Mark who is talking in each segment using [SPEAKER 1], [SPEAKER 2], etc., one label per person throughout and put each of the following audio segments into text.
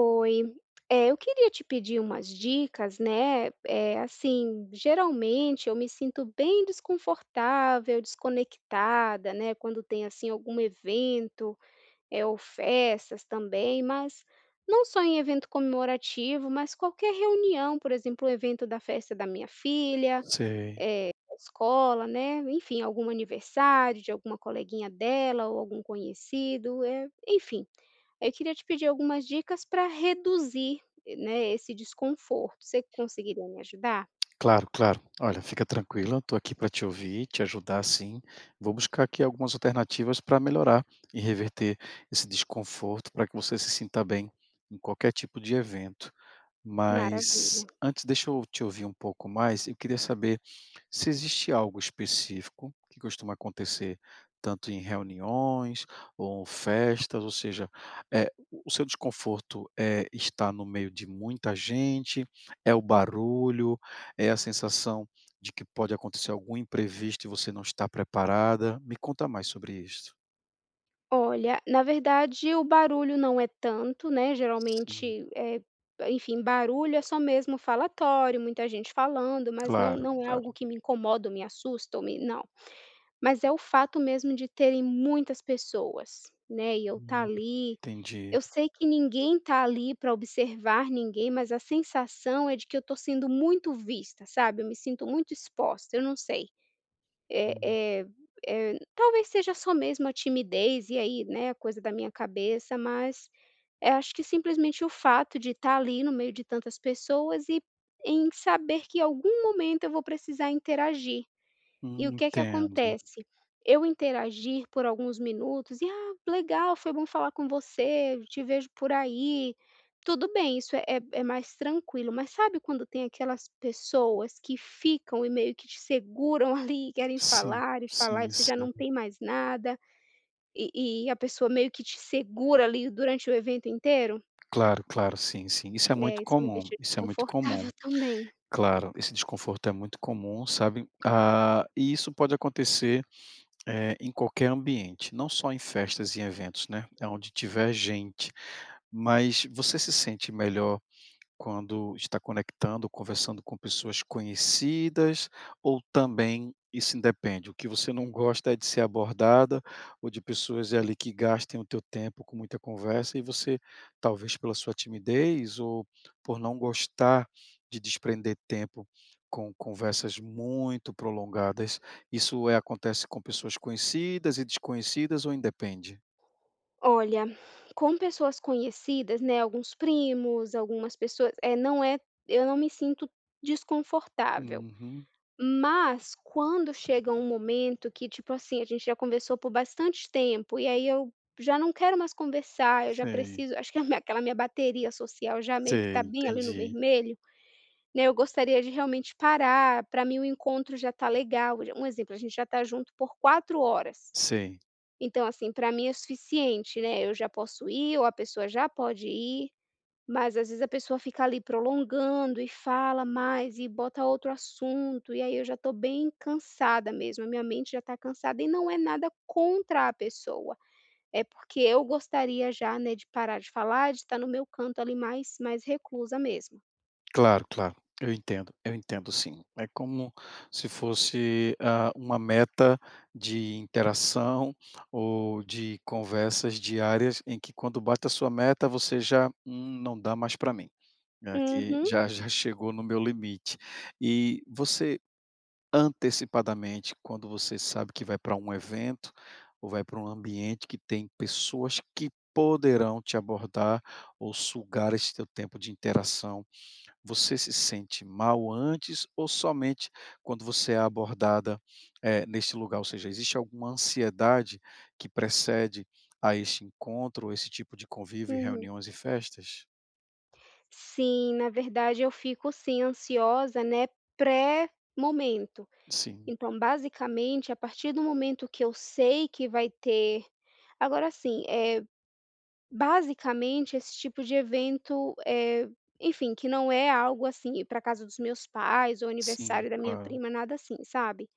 [SPEAKER 1] Oi, eu queria te pedir umas dicas, né, assim, geralmente eu me sinto bem desconfortável, desconectada, né, quando tem, assim, algum evento, é ou festas também, mas não só em evento comemorativo, mas qualquer reunião, por exemplo, o evento da festa da minha filha,
[SPEAKER 2] Sei.
[SPEAKER 1] da escola, né, enfim, algum aniversário de alguma coleguinha dela ou algum conhecido, é, enfim. Eu queria te pedir algumas dicas para reduzir, né, esse desconforto. Você conseguiria me ajudar?
[SPEAKER 2] Claro, claro. Olha, fica tranquila, estou aqui para te ouvir, te ajudar sim. Vou buscar aqui algumas alternativas para melhorar e reverter esse desconforto para que você se sinta bem em qualquer tipo de evento. Mas
[SPEAKER 1] Maravilha.
[SPEAKER 2] antes, deixa eu te ouvir um pouco mais. Eu queria saber se existe algo específico que costuma acontecer tanto em reuniões ou festas, ou seja, o seu desconforto é estar no meio de muita gente, é o barulho, é a sensação de que pode acontecer algum imprevisto e você não está preparada? Me conta mais sobre isso.
[SPEAKER 1] Olha, na verdade, o barulho não é tanto, né,
[SPEAKER 2] Sim,
[SPEAKER 1] geralmente, enfim, barulho é só mesmo falatório, muita gente falando, mas não
[SPEAKER 2] claro,
[SPEAKER 1] não é
[SPEAKER 2] claro.
[SPEAKER 1] algo que me incomoda ou me assusta ou me não. Mas é o fato mesmo de terem muitas pessoas, né, e eu estar
[SPEAKER 2] Hum,
[SPEAKER 1] ali.
[SPEAKER 2] entendi.
[SPEAKER 1] Eu sei que ninguém está ali para observar ninguém, mas a sensação é de que eu estou sendo muito vista, sabe, eu me sinto muito exposta, eu não sei. Eh eh Talvez seja só mesmo a timidez e aí, né, a coisa da minha cabeça, mas eu acho que simplesmente o fato de estar ali no meio de tantas pessoas e em saber que em algum momento eu vou precisar interagir. E o que é que
[SPEAKER 2] Entendo.
[SPEAKER 1] acontece? Eu interagir por alguns minutos e: "Ah, legal, foi bom falar com você, te vejo por aí". Tudo bem, isso é mais tranquilo, mas sabe quando tem aquelas pessoas que ficam e meio que te seguram ali, querem
[SPEAKER 2] Sim,
[SPEAKER 1] falar e falar e
[SPEAKER 2] sim,
[SPEAKER 1] você já
[SPEAKER 2] sim.
[SPEAKER 1] não tem mais nada, e a pessoa meio que te segura ali durante o evento inteiro?
[SPEAKER 2] Claro, claro, sim, sim. Isso é muito
[SPEAKER 1] É, isso me
[SPEAKER 2] comum,
[SPEAKER 1] deixa
[SPEAKER 2] isso é muito comum.
[SPEAKER 1] desconfortável também.
[SPEAKER 2] Claro, esse desconforto é muito comum, sabe? Ah, e isso pode acontecer, em qualquer ambiente, não só em festas e eventos, né, é onde tiver gente, mas você se sente melhor quando está conectando, conversando com pessoas conhecidas ou também isso independe? O que você não gosta é de ser abordada ou de pessoas ali que gastem o teu tempo com muita conversa e você, talvez pela sua timidez ou por não gostar de desprender tempo com conversas muito prolongadas, isso é acontece com pessoas conhecidas e desconhecidas ou independe?
[SPEAKER 1] Olha, com pessoas conhecidas, né, alguns primos, algumas pessoas, é, não é, eu não me sinto desconfortável.
[SPEAKER 2] Uhum,
[SPEAKER 1] Mas quando chega um momento que, tipo assim, a gente já conversou por bastante tempo e aí eu já não quero mais conversar, eu já
[SPEAKER 2] sei,
[SPEAKER 1] preciso, acho que a minha, aquela minha bateria social já meio que
[SPEAKER 2] sei,
[SPEAKER 1] tá bem ali no
[SPEAKER 2] entendi.
[SPEAKER 1] vermelho, né, eu gostaria de realmente parar. Para mim o encontro já tá legal, um exemplo, a gente já tá junto por 4 horas.
[SPEAKER 2] Sei.
[SPEAKER 1] Então, assim, para mim é suficiente, né, eu já posso ir ou a pessoa já pode ir, mas às vezes a pessoa fica ali prolongando e fala mais e bota outro assunto, e aí eu já estou bem cansada mesmo, a minha mente já está cansada e não é nada contra a pessoa, é porque eu gostaria já, né, de parar de falar, de estar no meu canto ali mais reclusa mesmo.
[SPEAKER 2] Claro, claro. Eu entendo sim. É como se fosse, ah, uma meta de interação ou de conversas diárias em que quando bate a sua meta você já: não dá mais para mim. Aqui
[SPEAKER 1] Uhum,
[SPEAKER 2] já chegou no meu limite". E você antecipadamente, quando você sabe que vai para um evento ou vai para um ambiente que tem pessoas que poderão te abordar ou sugar esse teu tempo de interação você se sente mal antes ou somente quando você é abordada, neste lugar? Ou seja, existe alguma ansiedade que precede a este encontro, esse tipo de convívio e
[SPEAKER 1] uhum.
[SPEAKER 2] reuniões e festas?
[SPEAKER 1] Sim, na verdade eu fico sim ansiosa, né, pré-momento.
[SPEAKER 2] Sim,
[SPEAKER 1] Então, basicamente, a partir do momento que eu sei que vai ter, agora sim, é basicamente esse tipo de evento, enfim, que não é algo assim, ir pra casa dos meus pais ou
[SPEAKER 2] sim,
[SPEAKER 1] aniversário da minha
[SPEAKER 2] claro.
[SPEAKER 1] prima, nada assim, sabe.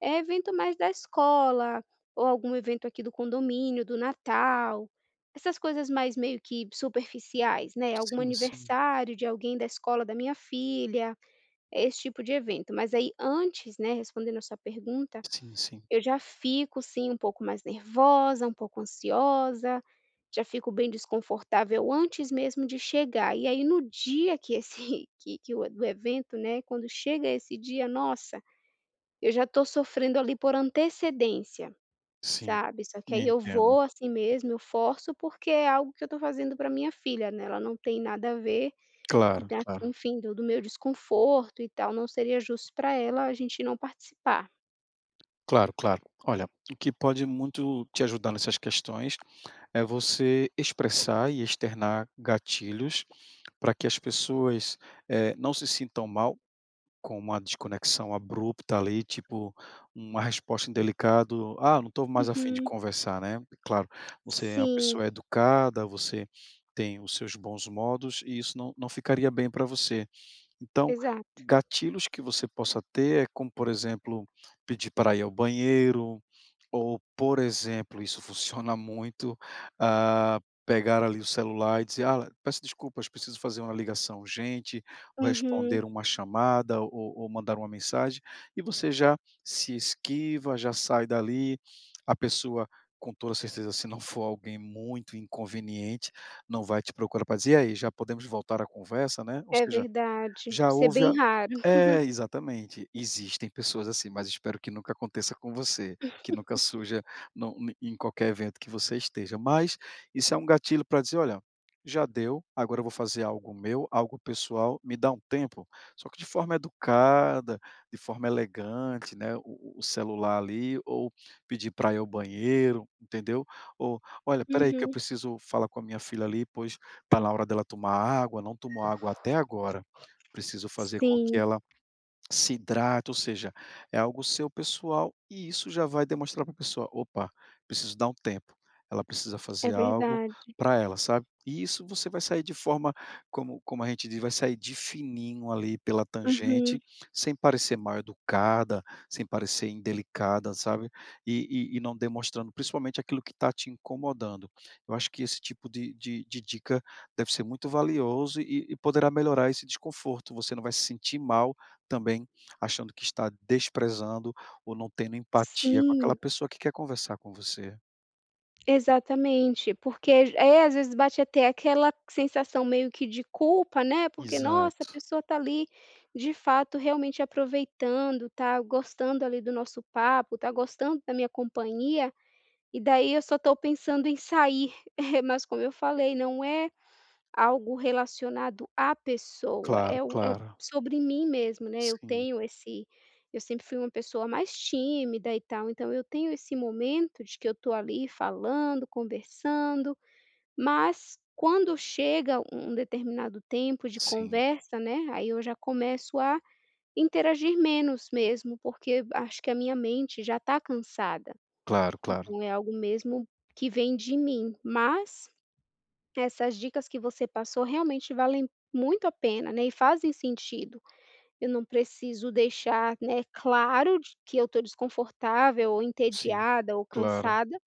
[SPEAKER 1] É evento mais da escola, ou algum evento aqui do condomínio, do Natal, essas coisas mais meio que superficiais, né, algum
[SPEAKER 2] Sim, sim.
[SPEAKER 1] aniversário de alguém da escola da minha filha, é esse tipo de evento. Mas aí antes, né, respondendo a sua pergunta,
[SPEAKER 2] Sim, sim,
[SPEAKER 1] eu já fico sim um pouco mais nervosa, um pouco ansiosa, já fico bem desconfortável antes mesmo de chegar. E aí no dia que esse que o do evento, né, quando chega esse dia, nossa, eu já estou sofrendo ali por antecedência,
[SPEAKER 2] sim.
[SPEAKER 1] sabe. Só que aí eu
[SPEAKER 2] Entendo.
[SPEAKER 1] vou assim mesmo, eu forço, porque é algo que eu estou fazendo para minha filha, né, ela não tem nada a ver
[SPEAKER 2] Claro,
[SPEAKER 1] da,
[SPEAKER 2] claro.
[SPEAKER 1] enfim, do meu desconforto e tal, não seria justo para ela a gente não participar.
[SPEAKER 2] Claro, claro. Olha, o que pode muito te ajudar nessas questões é você expressar e externar gatilhos para que as pessoas, não se sintam mal com uma desconexão abrupta ali, tipo, uma resposta indelicada. "Ah, não estou mais afim de
[SPEAKER 1] Uhum.
[SPEAKER 2] conversar", né. Claro, você é uma
[SPEAKER 1] Sim,
[SPEAKER 2] pessoa educada, você tem os seus bons modos e isso não ficaria bem para você. Então,
[SPEAKER 1] exato.
[SPEAKER 2] gatilhos que você possa ter é como, por exemplo, pedir para ir ao banheiro, ou, por exemplo, isso funciona muito, ah, pegar ali o celular e dizer: "Ah, peço desculpas, preciso fazer uma ligação urgente", ou
[SPEAKER 1] Uhum,
[SPEAKER 2] responder uma chamada, ou mandar uma mensagem, e você já se esquiva, já sai dali. A pessoa, com toda certeza, se não for alguém muito inconveniente, não vai te procurar para dizer: "E aí, já podemos voltar à conversa", né. Ou
[SPEAKER 1] é
[SPEAKER 2] seja
[SPEAKER 1] verdade.
[SPEAKER 2] já
[SPEAKER 1] Isso é
[SPEAKER 2] houve a
[SPEAKER 1] bem raro.
[SPEAKER 2] é, exatamente. Existem pessoas assim, mas espero que nunca aconteça com você, que nunca surja no em qualquer evento que você esteja. Mas isso é um gatilho para dizer: "Olha, já deu, agora eu vou fazer algo meu, algo pessoal, me dá um tempo". Só que de forma educada, de forma elegante, né, o celular ali, ou pedir para ir ao banheiro, entendeu? Ou: "Olha, peraí que eu
[SPEAKER 1] Uhum.
[SPEAKER 2] preciso falar com a minha filha ali, pois tá na hora dela tomar água, não tomou água até agora". Preciso fazer com que
[SPEAKER 1] Sim,
[SPEAKER 2] ela se hidrata, ou seja, é algo seu pessoal e isso já vai demonstrar para a pessoa: "Opa, preciso dar um tempo". Ela precisa
[SPEAKER 1] é
[SPEAKER 2] fazer algo
[SPEAKER 1] verdade.
[SPEAKER 2] para ela, sabe. E isso você vai sair de forma, como como a gente diz, vai sair de fininho ali pela
[SPEAKER 1] Uhum.
[SPEAKER 2] tangente, sem parecer mal educada, sem parecer indelicada, sabe. E não demonstrando principalmente aquilo que está te incomodando. Eu acho que esse tipo de dica deve ser muito valioso e poderá melhorar esse desconforto. Você não vai se sentir mal também achando que está desprezando ou não tendo empatia com aquela
[SPEAKER 1] Sim,
[SPEAKER 2] pessoa que quer conversar com você.
[SPEAKER 1] exatamente, porque é, às vezes bate até aquela sensação meio que de culpa, né, porque nossa, a
[SPEAKER 2] Exato.
[SPEAKER 1] pessoa tá ali, de fato, realmente aproveitando, tá gostando ali do nosso papo, tá gostando da minha companhia, e daí eu só tô pensando em sair, mas como eu falei, não é algo relacionado à pessoa,
[SPEAKER 2] Claro,
[SPEAKER 1] é o é
[SPEAKER 2] claro.
[SPEAKER 1] sobre mim mesmo, né, eu
[SPEAKER 2] Sim,
[SPEAKER 1] tenho esse, eu sempre fui uma pessoa mais tímida e tal, então eu tenho esse momento de que eu estou ali falando, conversando, mas quando chega um determinado tempo de
[SPEAKER 2] sim.
[SPEAKER 1] conversa, né, aí eu já começo a interagir menos mesmo, porque acho que a minha mente já está cansada,
[SPEAKER 2] Claro, claro.
[SPEAKER 1] então é algo mesmo que vem de mim, mas essas dicas que você passou realmente valem muito a pena, né, e fazem sentido. Eu não preciso deixar, né, claro de que eu estou desconfortável ou
[SPEAKER 2] Sim,
[SPEAKER 1] entediada ou
[SPEAKER 2] claro.
[SPEAKER 1] cansada,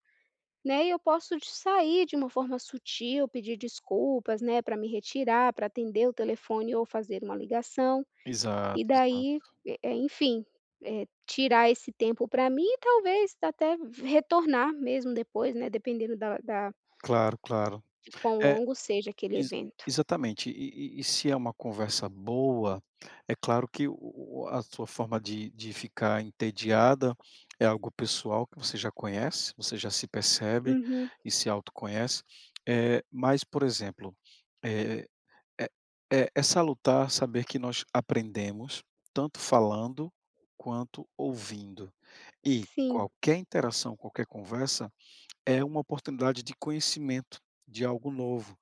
[SPEAKER 1] né, e eu posso de sair de uma forma sutil, pedir desculpas, né, para me retirar, para atender o telefone ou fazer uma ligação, e
[SPEAKER 2] Exato,
[SPEAKER 1] daí,
[SPEAKER 2] exato.
[SPEAKER 1] enfim, tirar esse tempo para mim e talvez até retornar mesmo depois, né, dependendo da
[SPEAKER 2] Claro, claro.
[SPEAKER 1] de quão
[SPEAKER 2] É
[SPEAKER 1] longo seja aquele
[SPEAKER 2] ex
[SPEAKER 1] evento.
[SPEAKER 2] exatamente. E se é uma conversa boa, é claro que o a sua forma de ficar entediada é algo pessoal que você já conhece, você já se percebe
[SPEAKER 1] Uhum.
[SPEAKER 2] e se autoconhece. Mas, por exemplo, eh, é é salutar saber que nós aprendemos tanto falando quanto ouvindo. E
[SPEAKER 1] Sim,
[SPEAKER 2] qualquer interação, qualquer conversa é uma oportunidade de conhecimento, de algo novo.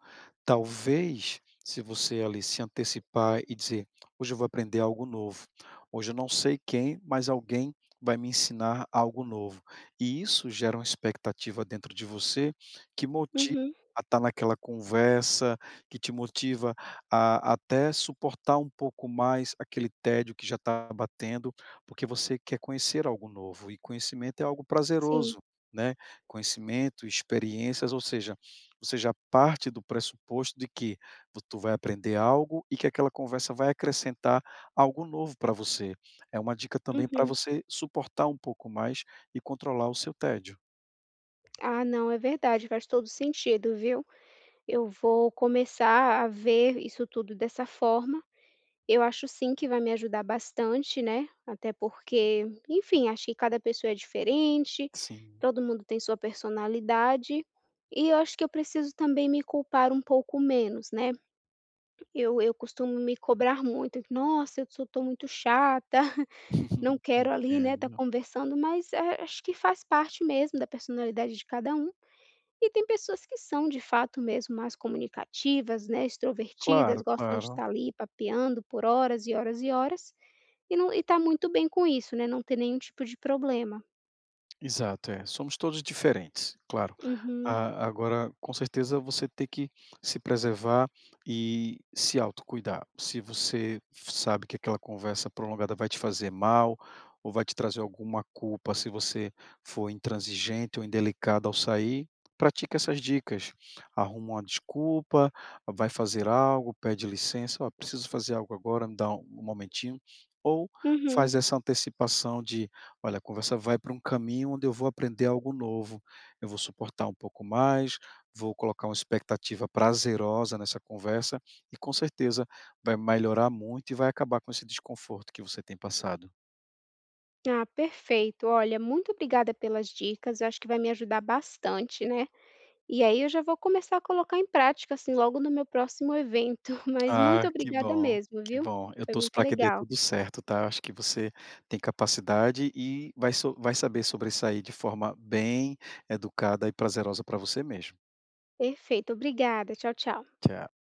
[SPEAKER 2] Talvez, se você ali se antecipar e dizer: "Hoje eu vou aprender algo novo. Hoje eu não sei quem, mas alguém vai me ensinar algo novo". E isso gera uma expectativa dentro de você que motiva
[SPEAKER 1] uhum,
[SPEAKER 2] a estar naquela conversa, que te motiva a até suportar um pouco mais aquele tédio que já está batendo, porque você quer conhecer algo novo e conhecimento é algo
[SPEAKER 1] sim,
[SPEAKER 2] prazeroso, né? Conhecimento, experiências, ou seja, você já parte do pressuposto de que vo tu vai aprender algo e que aquela conversa vai acrescentar algo novo para você. É uma dica também para
[SPEAKER 1] uhum.
[SPEAKER 2] você suportar um pouco mais e controlar o seu tédio.
[SPEAKER 1] Ah, não, é verdade, faz todo sentido, viu. Eu vou começar a ver isso tudo dessa forma. Eu acho sim que vai me ajudar bastante, né, até porque, enfim, acho que cada pessoa é diferente,
[SPEAKER 2] Sim.
[SPEAKER 1] todo mundo tem sua personalidade, e eu acho que eu preciso também me culpar um pouco menos, né. Eu costumo me cobrar muito: "Nossa, eu sou tô muito chata". Não quero ali, né, estar
[SPEAKER 2] Entendo.
[SPEAKER 1] conversando, mas a acho que faz parte mesmo da personalidade de cada um. E tem pessoas que são de fato mesmo mais comunicativas, né, extrovertidas,
[SPEAKER 2] Claro,
[SPEAKER 1] gostam de
[SPEAKER 2] claro.
[SPEAKER 1] estar ali papeando por horas e horas e horas, e não e está muito bem com isso, né, não ter nenhum tipo de problema.
[SPEAKER 2] Exato, é. Somos todos diferentes, claro.
[SPEAKER 1] Uhum,
[SPEAKER 2] A agora, com certeza, você tem que se preservar e se autocuidar. Se você sabe que aquela conversa prolongada vai te fazer mal ou vai te trazer alguma culpa, se você for intransigente ou indelicado ao sair, pratique essas dicas. Arruma uma desculpa, vai fazer algo, pede licença, "Ó, preciso fazer algo agora, me dá um momentinho", ou
[SPEAKER 1] uhum.
[SPEAKER 2] faz essa antecipação de olha, a conversa vai para um caminho onde eu vou aprender algo novo, eu vou suportar um pouco mais, vou colocar uma expectativa prazerosa nessa conversa e com certeza vai melhorar muito e vai acabar com esse desconforto que você tem passado.
[SPEAKER 1] Ah, perfeito. Olha, muito obrigada pelas dicas, eu acho que vai me ajudar bastante, né. E aí eu já vou começar a colocar em prática, assim, logo no meu próximo evento, mas muito
[SPEAKER 2] Ah, que
[SPEAKER 1] obrigada
[SPEAKER 2] bom,
[SPEAKER 1] mesmo,
[SPEAKER 2] que
[SPEAKER 1] viu?
[SPEAKER 2] bom. Eu
[SPEAKER 1] Foi
[SPEAKER 2] torço
[SPEAKER 1] muito
[SPEAKER 2] para que dê
[SPEAKER 1] legal.
[SPEAKER 2] tudo certo, tá? Acho que você tem capacidade e vai, so- vai saber sobressair de forma bem educada e prazerosa para você mesmo.
[SPEAKER 1] Perfeito, obrigada. Tchau, tchau.
[SPEAKER 2] Tchau.